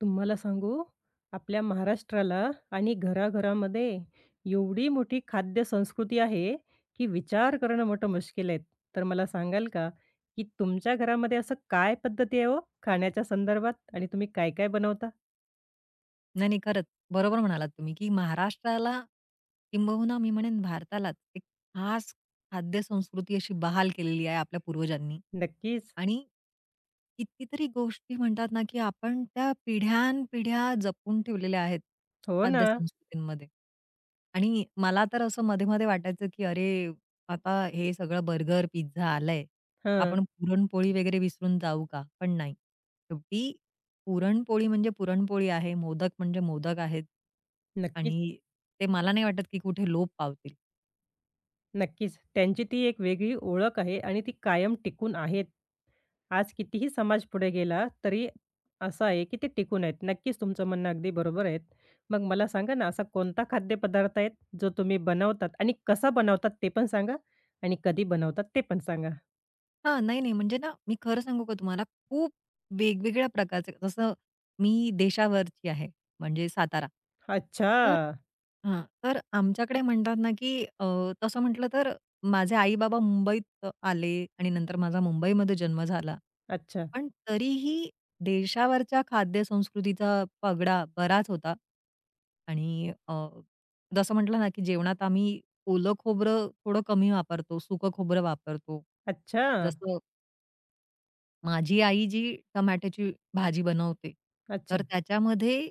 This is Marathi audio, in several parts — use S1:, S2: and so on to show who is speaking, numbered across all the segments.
S1: तुम्हाला सांगू, आपल्या महाराष्ट्राला आणि घराघरामध्ये एवढी मोठी खाद्य संस्कृती आहे, की विचार करणं मोठं मुश्किल आहे. तर मला सांगाल का, की तुमच्या घरामध्ये असं काय पद्धती आहे हो खाण्याच्या संदर्भात आणि तुम्ही काय-काय बनवता?
S2: नाही, नाही. खरंच. बरोबर म्हणालात तुम्ही, की महाराष्ट्राला किंबहुना मी म्हणेन भारतालाच एक खास खाद्यसंस्कृती अशी बहाल केलेली आहे आपल्या पूर्वजांनी.
S1: नक्कीच.
S2: आणि कितीतरी गोष्टी म्हणतात ना, की आपण त्या पिढ्यानपिढ्या जपून ठेवलेल्या आहेत
S1: हो ना.
S2: खाद्यसंस्कृतींमध्ये. आणि मला तर असं मध्ये-मध्ये वाटायचं, की अरे, आता हे सगळं बर्गर, पिझ्झा आलंय.
S1: हां.
S2: आपण पुरणपोळी वगैरे विसरून जाऊ का? पण नाही. शेवटी पुरणपोळी म्हणजे पुरणपोळी आहे, मोदक म्हणजे मोदक आहेत
S1: नक्कीच.
S2: आणि ते मला नाही वाटत, की कुठे लोप पावतील.
S1: नक्कीच. त्यांची ती एक वेगळी ओळख आहे आणि ती कायम टिकून आहेत. आज कितीही समाज पुढे गेला, तरी असं आहे की ते टिकून आहेत. नक्कीच तुमचं म्हणणं अगदी बरोबर आहे. मग मला सांगा ना, असा कोणता खाद्यपदार्थ आहे जो तुम्ही बनवतात आणि कसा बनवतात ते पण सांगा आणि कधी बनवतात ते पण सांगा?
S2: हां, नाही, नाही. म्हणजे ना, मी खरं सांगू का तुम्हाला, खूप वेगवेगळ्या प्रकारचे जसं मी देशावरची आहे, म्हणजे सातारा.
S1: अच्छा,
S2: तर हां, तर आमच्याकडे म्हणतात ना, की तसं म्हटलं तर माझे आई-बाबा मुंबईत आले आणि नंतर माझा मुंबईमध्ये जन्म झाला.
S1: अच्छा,
S2: पण तरीही देशावरच्या खाद्यसंस्कृतीचा पगडा बराच होता. आणि जसं म्हटलं ना, की जेवणात आम्ही ओलं खोबरं थोडं कमी वापरतो, सुकं खोबरं वापरतो.
S1: अच्छा,
S2: जसं माझी आई जी टमाट्याची भाजी बनवते,
S1: अच्छा.
S2: तर त्याच्यामध्ये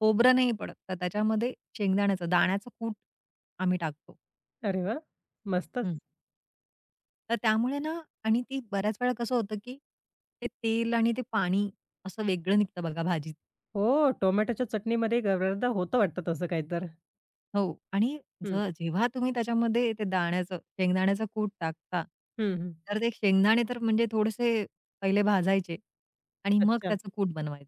S2: खोबरं नाही पडत, तर त्याच्यामध्ये शेंगदाण्याचं दाण्याचं कूट आम्ही टाकतो.
S1: अरे वाह! मस्तच.
S2: हं. तर त्यामुळे ना आणि ती बऱ्याच वेळा कसं होतं, की ते तेल आणि ते पाणी असं वेगळं निघतं बघा भाजी
S1: हो, टोमॅटोच्या चटणीमध्ये बऱ्याचदा होतं वाटतं तसं काही तर.
S2: हो. आणि
S1: हं,
S2: जेव्हा तुम्ही त्याच्यामध्ये ते दाण्याचं शेंगदाण्याचा कूट टाकता,
S1: हं, हं.
S2: तर ते शेंगदाणे तर म्हणजे थोडेसे पहिले भाजायचे आणि मग
S1: अच्छा,
S2: त्याचं कूट बनवायचं.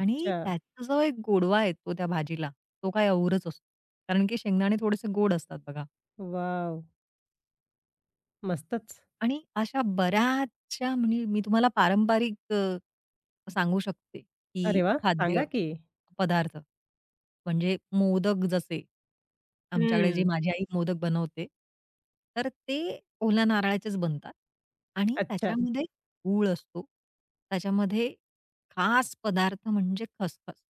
S2: आणि त्याचा जो एक गोडवा आहे तो त्या भाजीला, तो काय औरच असतो. कारण की शेंगदाणे थोडेसे गोड असतात बघा.
S1: वॉव! मस्तच.
S2: आणि अशा बऱ्याचशा म्हणजे मी तुम्हाला पारंपरिक सांगू शकते, की
S1: अरे वा,
S2: खाद्य
S1: सांगा की?
S2: पदार्थ. म्हणजे मोदक जसे, आमच्याकडे जे
S1: हं.
S2: माझी आई मोदक बनवते, तर ते ओल्या नारळाचेच बनतात आणि
S1: अच्छा.
S2: त्याच्यामध्ये गूळ असतो. त्याच्यामध्ये खास पदार्थ म्हणजे खसखस.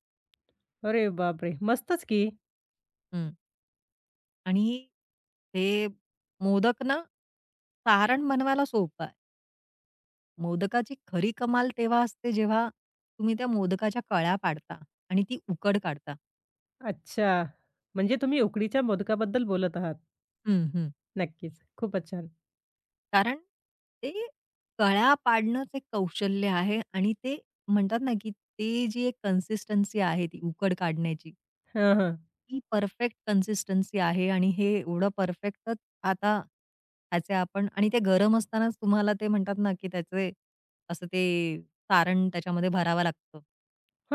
S1: अरे बापरे! मस्तच की.
S2: हं. आणि ते मोदक ना सारण बनवायला सोपं आहे. मोदकाची खरी कमाल तेव्हा असते जेव्हा तुम्ही त्या मोदकाच्या कळ्या पाडता आणि ती उकड काढता.
S1: अच्छा. म्हणजे तुम्ही उकडीच्या मोदकाबद्दल बोलत आहात.
S2: हं, हं.
S1: नक्कीच. खूपच छान.
S2: कारण ते कळ्या पाडणंच एक कौशल्य आहे आणि ते म्हणतात ना, की ते जी एक कन्सिस्टन्सी आहे ती उकड काढण्याची,
S1: हां, हां.
S2: ती परफेक्ट कन्सिस्टन्सी आहे आणि हे एवढं परफेक्टच आता त्याचे आपण आणि ते गरम असतानाच तुम्हाला ते म्हणतात ना, की त्याचे असं ते सारण त्याच्यामध्ये भरावं लागतं,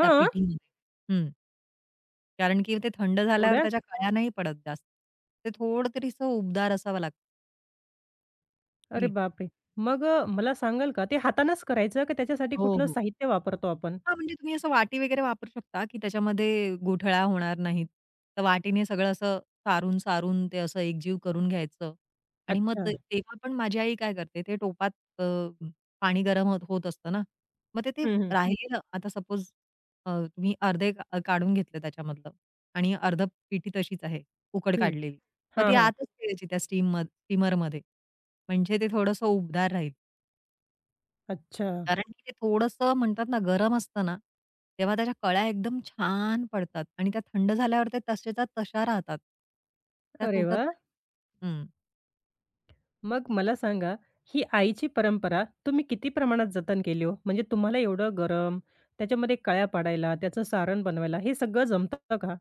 S2: त्या पिठीमध्ये. हं. कारण की ते थंड झाल्यावर
S1: एवढ्या?
S2: त्याच्या कळ्या नाही पडत जास्त. ते थोडं तरीसं उबदार असावं लागतं
S1: अरे
S2: पीठ.
S1: बापरे! मग मला सांगाल का ते हातानेच करायचं का त्याच्यासाठी
S2: हो,
S1: कुठलं
S2: हो.
S1: साहित्य वापरतो आपण?
S2: हां, म्हणजे तुम्ही असं वाटी वगैरे वापरू शकता, की त्याच्यामध्ये गोठळा होणार नाहीत. तर वाटीने सगळं असं सारून-सारून ते असं एकजीव करून घ्यायचं आणि मग
S1: अच्छा.
S2: ते तेव्हा पण माझी आई काय करते, ते टोपात अ, पाणी गरम होत होत असतं ना, मग ते ते
S1: हं, हं.
S2: राहिलेलं आता सपोज तुम्ही अर्धे काढून घेतलं त्याच्यामधलं आणि अर्ध पिठी तशीच आहे, उकड काढलेली. मग
S1: हां,
S2: ती
S1: हां.
S2: आतच ठेवायची त्या स्टीमरमध्ये. म्हणजे ते थोडंसं उबदार राहील.
S1: अच्छा.
S2: कारण की ते थोडंसं म्हणतात ना गरम असतं ना, तेव्हा त्याच्या कळ्या एकदम छान पडतात आणि त्या थंड झाल्यावर ते तसेच्या तशा राहतात. त्या
S1: अरे
S2: तुटत
S1: वाह!
S2: नाही. हं.
S1: मग मला सांगा, ही आईची परंपरा तुम्ही किती प्रमाणात जतन केली हो? म्हणजे तुम्हाला एवढं गरम, त्याच्यामध्ये कळ्या पाडायला, त्याचं सारण बनवायला हे सगळं जमतं का?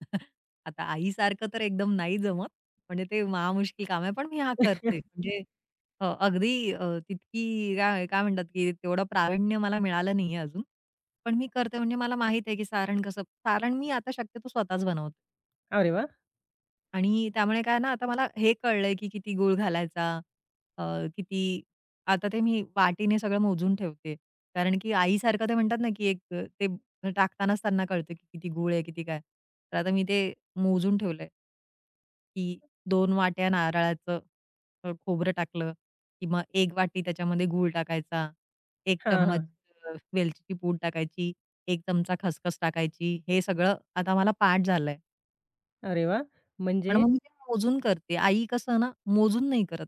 S2: आता आईसारखं तर एकदम नाही जमत. म्हणजे ते महामुश्किल काम आहे. पण मी हां करते. म्हणजे अगदी तितकी काय काय म्हणतात की तेवढं प्रावीण्य मला मिळालं नाहीये अजून. पण मी करते म्हणजे मला माहिती आहे की सारण मी आता शक्यतो स्वतःच बनवते.
S1: अरे वाह!
S2: आणि त्यामुळे काय ना, आता मला हे कळलंय, की किती गूळ घालायचा, अ, किती आता ते मी वाटीने सगळं मोजून ठेवते. कारण की आईसारखं ते म्हणतात ना, की एक ते टाकतानाच त्यांना कळतं, की किती गूळ आहे, किती काय. तर आता मी ते मोजून ठेवलंय. की 2 वाट्या नारळाचं खोबरं टाकलं, किंवा 1 वाटी त्याच्यामध्ये गूळ टाकायचा, 1
S1: हां,
S2: चम्मच
S1: हां.
S2: वेलचीची पूड टाकायची, 1 चमचा खसखस टाकायची. हे सगळं आता मला पाठ झालंय.
S1: अरे वाह! म्हणजे
S2: पण मग मी ते मोजून करते. आई कसं ना, मोजून नाही करत.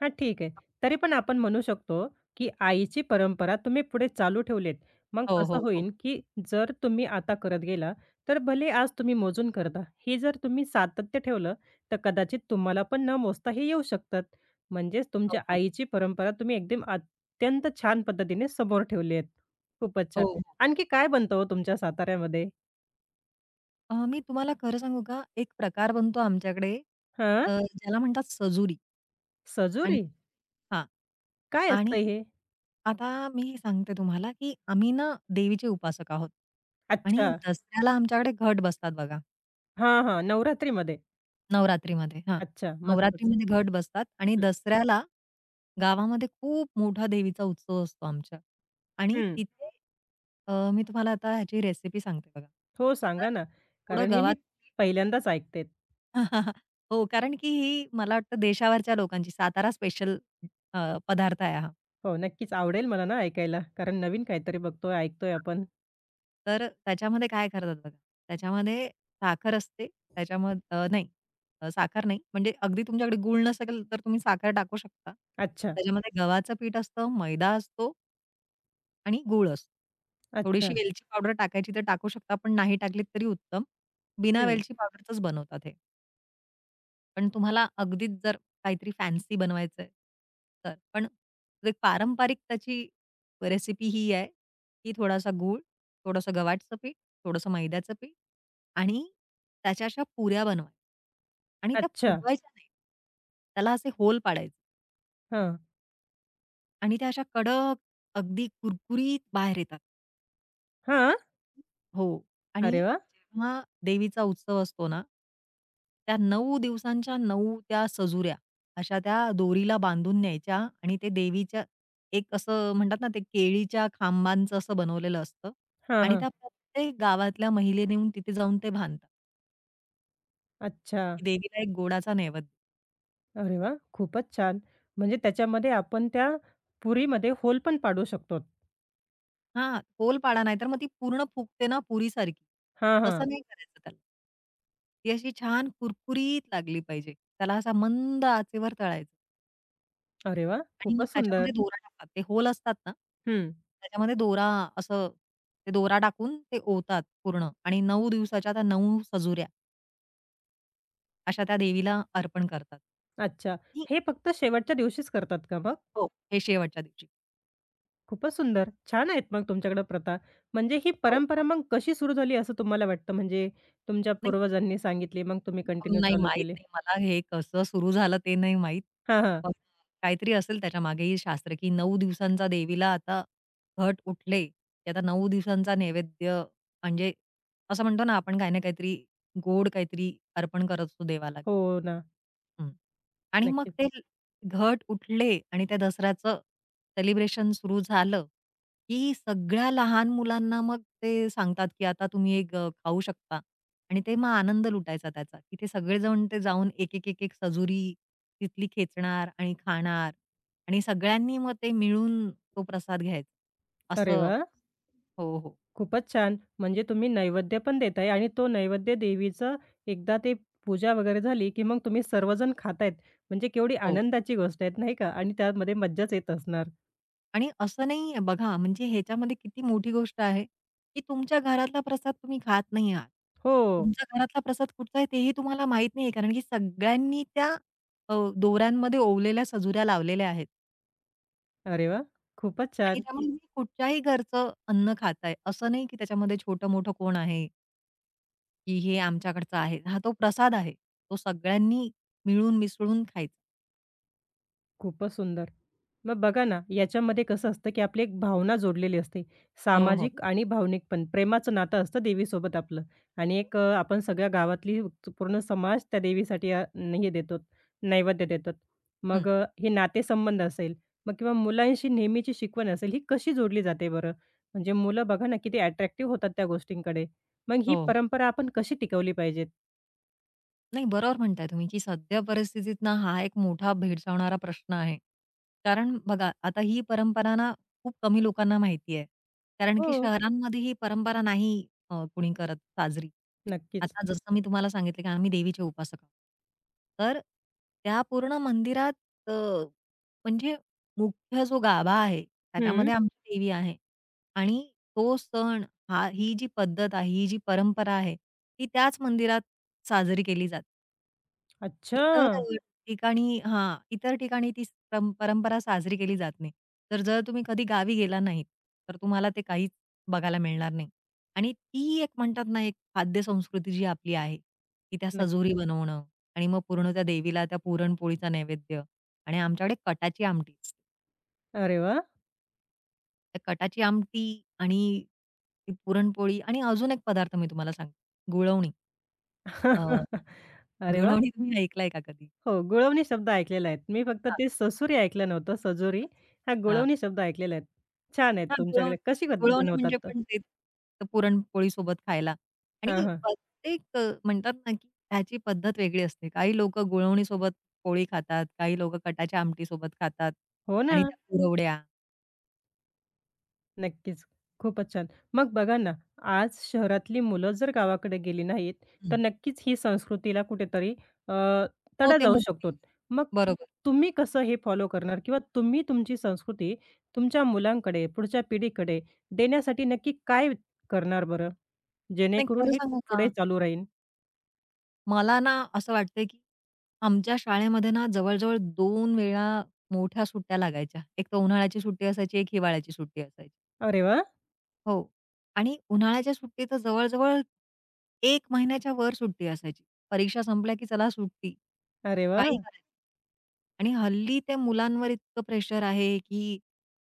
S1: हां, ठीक आहे. तरी पण आपण म्हणू शकतो, की आईची परंपरा तुम्ही पुढे चालू ठेवलीत. मग
S2: हो,
S1: कसं
S2: हो, हो.
S1: होईल, की जर तुम्ही आता करत गेला, तर भले आज तुम्ही मोजून करता. हे जर तुम्ही सातत्य ठेवलं, तर कदाचित तुम्हाला पण न मोजता हे येऊ शकतात. म्हणजेच
S2: हो,
S1: तुमच्या
S2: हो.
S1: आईची परंपरा तुम्ही एकदम अत्यंत छान पद्धतीने समोर ठेवली आहेत. खूपच
S2: हो,
S1: छान.
S2: हो.
S1: आणखी काय बनतं हो तुमच्या साताऱ्यामध्ये?
S2: मी तुम्हाला खरं सांगू का, एक प्रकार बनतो आमच्याकडे
S1: हां,
S2: अ, ज्याला म्हणतात सजुरी आणि
S1: सजुरी?
S2: हां.
S1: काय
S2: आणि
S1: असतं हे?
S2: आता मी सांगते तुम्हाला, की आम्ही ना देवीचे उपासक आहोत आणि
S1: अच्छा.
S2: दसऱ्याला आमच्याकडे घट बसतात बघा.
S1: हां, हां. नवरात्रीमध्ये.
S2: नवरात्रीमध्ये. हां.
S1: अच्छा, मस्तच.
S2: नवरात्रीमध्ये घट बसतात आणि
S1: हं,
S2: दसऱ्याला गावामध्ये खूप मोठा देवीचा उत्सव असतो आमच्या आणि
S1: हं.
S2: तिथे मी तुम्हाला आता ह्याची रेसिपी सांगते बघा.
S1: हो,
S2: तर
S1: सांगा ना.
S2: थोडं
S1: कारण हे मी
S2: गव्हाचं पीठ
S1: पहिल्यांदाच ऐकते.
S2: हो, कारण की ही मला वाटतं देशावरच्या लोकांची सातारा स्पेशल पदार्थ आहे हा.
S1: हो, नक्कीच आवडेल मला ना ऐकायला. कारण नवीन काहीतरी बघतोय, ऐकतोय आपण.
S2: तर त्याच्यामध्ये काय करतात बघा, त्याच्यामध्ये साखर असते, त्याच्यामध्ये साखर नाही, म्हणजे अगदी तुमच्याकडे गूळ नसेल तर तुम्ही साखर टाकू शकता.
S1: अच्छा,
S2: त्याच्यामध्ये गव्हाचं पीठ असतं, मैदा असतो आणि गूळ असतो.
S1: अच्छा.
S2: थोडीशी वेलची पावडर टाकायची तर टाकू शकता, पण नाही टाकलीत तरी उत्तम. बिना
S1: हं.
S2: वेलची पावडरचंच बनवतात हे. पण तुम्हाला अगदीच जर काहीतरी फॅन्सी बनवायचंय तर. पण एक पारंपरिक त्याची रेसिपी ही आहे, की थोडासा गूळ, थोडंसं गव्हाचं पीठ, थोडंसं मैद्याचं पीठ आणि त्याच्या अशा पुऱ्या बनवायच्या. आणि त्या
S1: अच्छा.
S2: फुगवायच्या नाहीत. त्याला असे होल पाडायचे
S1: हां.
S2: आणि त्या अशा कडक, अगदी कुरकुरीत बाहेर येतात.
S1: हां?
S2: हो. आणि
S1: अरे वाह!
S2: जेव्हा देवीचा उत्सव असतो ना, त्या 9 दिवसांच्या 9 त्या सजुऱ्या अशा त्या दोरीला बांधून न्यायच्या आणि ते देवीच्या एक असं म्हणतात ना, ते केळीच्या खांबांचं असं बनवलेलं असतं
S1: हां,
S2: आणि
S1: हां.
S2: त्या प्रत्येक गावातल्या महिलेने येऊन तिथे जाऊन ते बांधतात,
S1: अच्छा.
S2: की देवीला एक गोडाचा नैवेद्य.
S1: अरे वाह! खूपच छान. म्हणजे त्याच्यामध्ये आपण त्या पुरीमध्ये होल पण पाडू शकतो.
S2: हां, होलपाडा नाहीतर मग ती पूर्ण फुगते ना पुरीसारखी,
S1: हां, हां.
S2: तसं नाही करायचं त्याला. ती अशी छान कुरकुरीत लागली पाहिजे. त्याला असा मंद आचेवर तळायचा.
S1: अरे वाह!
S2: आणि मग
S1: खूपच सुंदर.
S2: त्याच्यामध्ये दोरा टाकतात. ते होल असतात ना,
S1: हं.
S2: त्याच्यामध्ये दोरा असं ते दोरा टाकून ते ओवतात पूर्ण आणि 9 दिवसाच्या त्या 9 सजुऱ्या अशा त्या देवीला अर्पण करतात.
S1: अच्छा.
S2: ही
S1: हे फक्त शेवटच्या दिवशीच करतात का मग?
S2: हो. हे शेवटच्या दिवशी.
S1: खूपच सुंदर. छान आहेत मग तुमच्याकडे प्रथा. म्हणजे ही
S2: हो,
S1: परंपरा
S2: हो.
S1: मग कशी सुरू झाली असं तुम्हाला वाटतं? म्हणजे तुमच्या
S2: नाही
S1: पूर्वजांनी सांगितली मग तुम्ही कंटिन्यू
S2: नाही
S1: चालू
S2: माहीत
S1: केली.
S2: नाही मला हे कसं सुरू झालं ते नाही माहीत.
S1: हां, हां.
S2: पण काहीतरी असेल त्याच्यामागेही शास्त्र, की 9 दिवसांचा देवीला आता घट उठले, की आता 9 दिवसांचा नैवेद्य म्हणजे असं म्हणतो ना आपण काही ना काहीतरी गोड काहीतरी अर्पण करत असतो देवाला.
S1: हो ना.
S2: हं. आणि मग
S1: नक्कीच.
S2: ते घट उठले आणि त्या दसऱ्याचं सेलिब्रेशन सुरू झालं, की सगळ्या लहान मुलांना मग ते सांगतात, की आता तुम्ही एक खाऊ शकता. आणि ते मग आनंद लुटायचा त्याचा, की ते सगळेजण ते जाऊन एक सजुरी तिथली खेचणार आणि खाणार आणि सगळ्यांनी मग ते मिळून तो प्रसाद घ्यायचा.
S1: अरे
S2: असं
S1: वाह!
S2: हो, हो.
S1: खूपच छान. म्हणजे तुम्ही नैवेद्य पण देताय आणि तो नैवेद्य देवीचं एकदा ते पूजा वगैरे झाली, की मग तुम्ही सर्वजण खातायत. म्हणजे केवढी
S2: हो.
S1: आनंदाची गोष्ट आहे, नाही का? आणि त्यामध्ये मज्जाच येत असणार.
S2: आणि असं नाहीये बघा म्हणजे ह्याच्यामध्ये किती मोठी गोष्ट आहे, की तुमच्या घरातला प्रसाद तुम्ही खात नाही आहात.
S1: हो.
S2: तुमच्या घरातला प्रसाद कुठचा आहे तेही तुम्हाला माहीत नाहीये कारण की सगळ्यांनी त्या दोऱ्यांमध्ये ओवलेल्या सजुऱ्या लावलेल्या आहेत.
S1: अरे वाह! खूपच
S2: आणि
S1: छान.
S2: त्यामुळे मी कुठच्याही घरचं अन्न खाताय, असं नाही की त्याच्यामध्ये छोटं-मोठं कोण आहे, की हे आमच्याकडचं आहे. हा तो प्रसाद आहे. तो सगळ्यांनी मिळून मिसळून खायचा.
S1: खूपच सुंदर. मग बघा ना, याच्यामध्ये कसं असतं, की आपली एक भावना जोडलेली असते.
S2: हो, हो.
S1: सामाजिक आणि भावनिक पण. प्रेमाचं नातं असतं देवीसोबत आपलं आणि एक आपण सगळ्या गावातली पूर्ण समाज त्या देवीसाठी हे देतो, नैवेद्य देतात.
S2: हं.
S1: मग हे नातेसंबंध असेल, मग किंवा मुलांशी नेहमीची शिकवण असेल, ही कशी जोडली जाते बरं? म्हणजे मुलं बघा ना, किती अट्रॅक्टिव्ह होतात त्या गोष्टींकडे. मग ही
S2: हो, हो.
S1: परंपरा आपण कशी टिकवली पाहिजेत?
S2: नाही, बरोबर म्हणताय तुम्ही, की सध्या परिस्थितीत ना हा एक मोठा भेडसावणारा प्रश्न आहे. कारण बघा आता ही परंपरा ना खूप कमी लोकांना माहिती आहे. कारण की
S1: हो.
S2: शहरांमध्ये ही परंपरा नाही कुणी करत साजरी.
S1: नक्कीच.
S2: आता जसं मी तुम्हाला सांगितलं, की आम्ही देवीचे उपासक आहोत. तर त्या पूर्ण मंदिरात अ, म्हणजे मुख्य जो गाभा आहे
S1: हं.
S2: त्याच्यामध्ये आमची देवी आहे आणि तो सण हा ही जी पद्धत आहे, ही जी परंपरा आहे, ती त्याच मंदिरात साजरी केली जाते.
S1: अच्छा!
S2: इतर ठिकाणी हां, इतर ठिकाणी ती परंपरा साजरी केली जात नाही. तर जर तुम्ही कधी गावी गेला नाहीत, तर तुम्हाला ते काहीच बघायला मिळणार नाही. आणि ती एक म्हणतात ना, एक खाद्य संस्कृती जी आपली आहे, की त्या
S1: नक्क
S2: सजोरी बनवणं आणि मग पूर्ण त्या देवीला त्या पुरणपोळीचा नैवेद्य आणि आमच्याकडे कटाची आमटी असते.
S1: अरे वाह!
S2: त्या कटाची आमटी आणि ती पुरणपोळी आणि अजून एक पदार्थ मी तुम्हाला सांगते, गुळवणी. अ,
S1: अरे वाह!
S2: गुळवणी तुम्ही ऐकलाय का कधी?
S1: हो, गुळवणी शब्द ऐकलेले आहेत. मी फक्त
S2: हां.
S1: ते ससुरी ऐकलं नव्हतं, सजोरी. हा गुळवणी शब्द ऐकलेला आहेत. छान आहेत
S2: हां, गुळव
S1: तुमच्याकडे. कशी
S2: गुळवणी
S1: बनवतात
S2: म्हणजे
S1: तर?
S2: पण तेच पुरणपोळीसोबत खायला
S1: हां,
S2: आणि
S1: हां.
S2: प्रत्येक म्हणतात ना, की त्याची पद्धत वेगळी असते. काही लोकं गुळवणीसोबत पोळी खातात, काही लोकं कटाच्या आमटीसोबत खातात
S1: हो ना,
S2: आणि त्या कुरवड्या
S1: नक्कीच. खूपच छान. मग बघा ना, आज शहरातली मुलं जर गावाकडे गेली नाहीत, तर
S2: हं.
S1: नक्कीच ही संस्कृतीला कुठेतरी अ,
S2: हो,
S1: तडा
S2: ते
S1: जाऊ शकतो.
S2: मुक्ती.
S1: मग
S2: बरोबर.
S1: तुम्ही कसं हे फॉलो करणार किंवा तुम्ही तुमची संस्कृती तुमच्या मुलांकडे, पुढच्या पिढीकडे देण्यासाठी नक्की काय करणार बरं?
S2: नाही
S1: जेणेकरून
S2: खरं
S1: हे
S2: सांगू का?
S1: पुढे चालू राहील?
S2: मला ना असं वाटतंय, की आमच्या शाळेमध्ये ना जवळ-जवळ 2 वेळा मोठ्या सुट्ट्या लागायच्या. एक तर उन्हाळ्याची सुट्टी असायची, एक हिवाळ्याची सुट्टी असायची.
S1: अरे वाह!
S2: हो. आणि उन्हाळ्याच्या सुट्टीत तर जवळ-जवळ 1 महिन्याच्या वर सुट्टी असायची. परीक्षा संपल्या की चला सुट्टी.
S1: अरे
S2: काही
S1: वाह!
S2: करायचं आणि हल्ली त्या मुलांवर इतकं प्रेशर आहे, की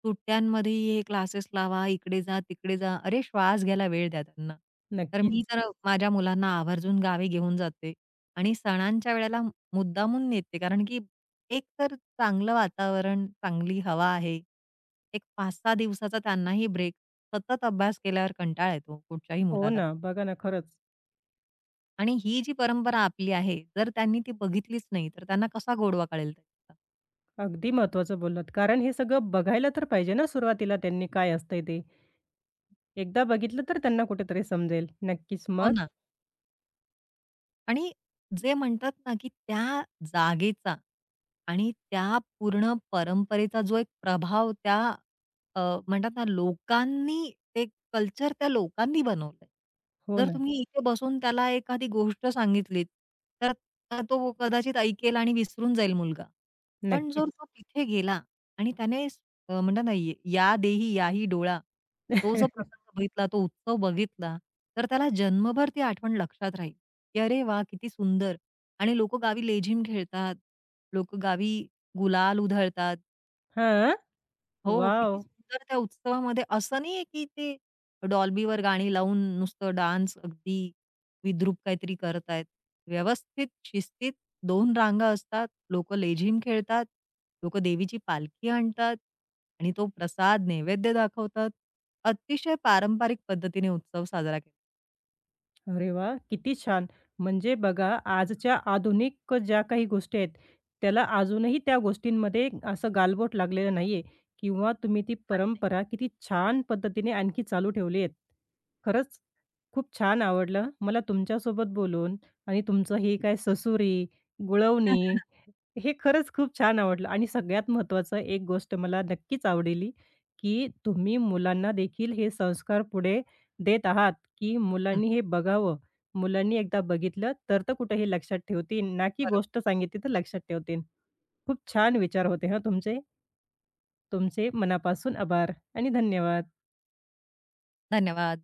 S2: सुट्ट्यांमध्ये हे क्लासेस लावा, इकडे जा, तिकडे जा. अरे श्वास घ्यायला वेळ द्या त्यांना. तर मी
S1: नक्कीच.
S2: तर माझ्या मुलांना आवर्जून गावी घेऊन जाते आणि सणांच्या वेळेला मुद्दामून नेते कारण की एक तर चांगलं वातावरण, चांगली हवा आहे. एक 5-6 दिवसाचा त्यांनाही ब्रेक. सतत अभ्यास केल्यावर कंटाळा येतो कुठच्याही
S1: हो
S2: मुलाला.
S1: ना. बघा ना, खरंच.
S2: आणि ही जी परंपरा आपली आहे, जर त्यांनी ती बघितलीच नाही, तर त्यांना कसा गोडवा कळेल त्याचा?
S1: अगदी महत्त्वाचं बोललात. कारण हे सगळं बघायला तर पाहिजे ना सुरुवातीला त्यांनी काय असतंय ते. एकदा बघितलं तर त्यांना कुठेतरी समजेल. नक्कीच.
S2: हो
S1: मग?
S2: ना. आणि जे म्हणतात ना, की त्या जागेचा आणि त्या पूर्ण परंपरेचा जो एक प्रभाव त्या अ, म्हणतात ना, लोकांनी ते कल्चर त्या लोकांनी बनवलंय.
S1: हो
S2: जर
S1: ना.
S2: तुम्ही इथे बसून त्याला एखादी गोष्ट सांगितलीत, तर तो कदाचित ऐकेल आणि विसरून जाईल मुलगा. पण
S1: नक्कीच.
S2: जर तो तिथे गेला आणि त्याने म्हणतात ना, "ये- "या देही याही डोळा." तो जो प्रसंग बघितला, तो उत्सव बघितला, तर त्याला जन्मभर ती आठवण लक्षात राहील, की "अरे वा किती सुंदर." आणि लोकं गावी लेझीम खेळतात, लोकं गावी गुलाल उधळतात.
S1: हां.
S2: हो, हो.
S1: वॉव!
S2: किती सुंदर त्या उत्सवामध्ये असं नाहीये, की ते डॉल्बीवर गाणी लावून नुसतं डान्स अगदी विद्रूप काहीतरी करत आहेत. व्यवस्थित शिस्तीत दोन रांगा असतात. लोकं लेझीम खेळतात. लोकं देवीची पालखी आणतात आणि तो प्रसाद, नैवेद्य दाखवतात. अतिशय पारंपरिक पद्धतीने उत्सव साजरा केला.
S1: अरे वाह! किती छान. म्हणजे बघा आजच्या आधुनिक ज्या काही गोष्टी आहेत, त्याला अजूनही त्या गोष्टींमध्ये असं गालबोट लागलेलं नाहीये किंवा तुम्ही ती
S2: नाही, नाही.
S1: परंपरा किती छान पद्धतीने आणखी चालू ठेवली आहेत. खरंच खूप छान आवडलं. मला तुमच्यासोबत बोलून आणि तुमचं हे काय ससुरी, गुळवणी हे खरंच खूप छान आवडलं आणि सगळ्यात महत्त्वाचं एक गोष्ट मला नक्कीच आवडली, की तुम्ही मुलांना देखील हे संस्कार पुढे देत आहात, की
S2: हं,
S1: मुलांनी हे बघावं. मुलांनी एकदा बघितलं तर तर कुठे हे लक्षात ठेवतील, ना की
S2: बरोबर.
S1: गोष्ट सांगितली तर लक्षात ठेवतील. खूप छान विचार होते हं तुमचे. तुमचे मनापासून आभार आणि धन्यवाद.
S2: धन्यवाद.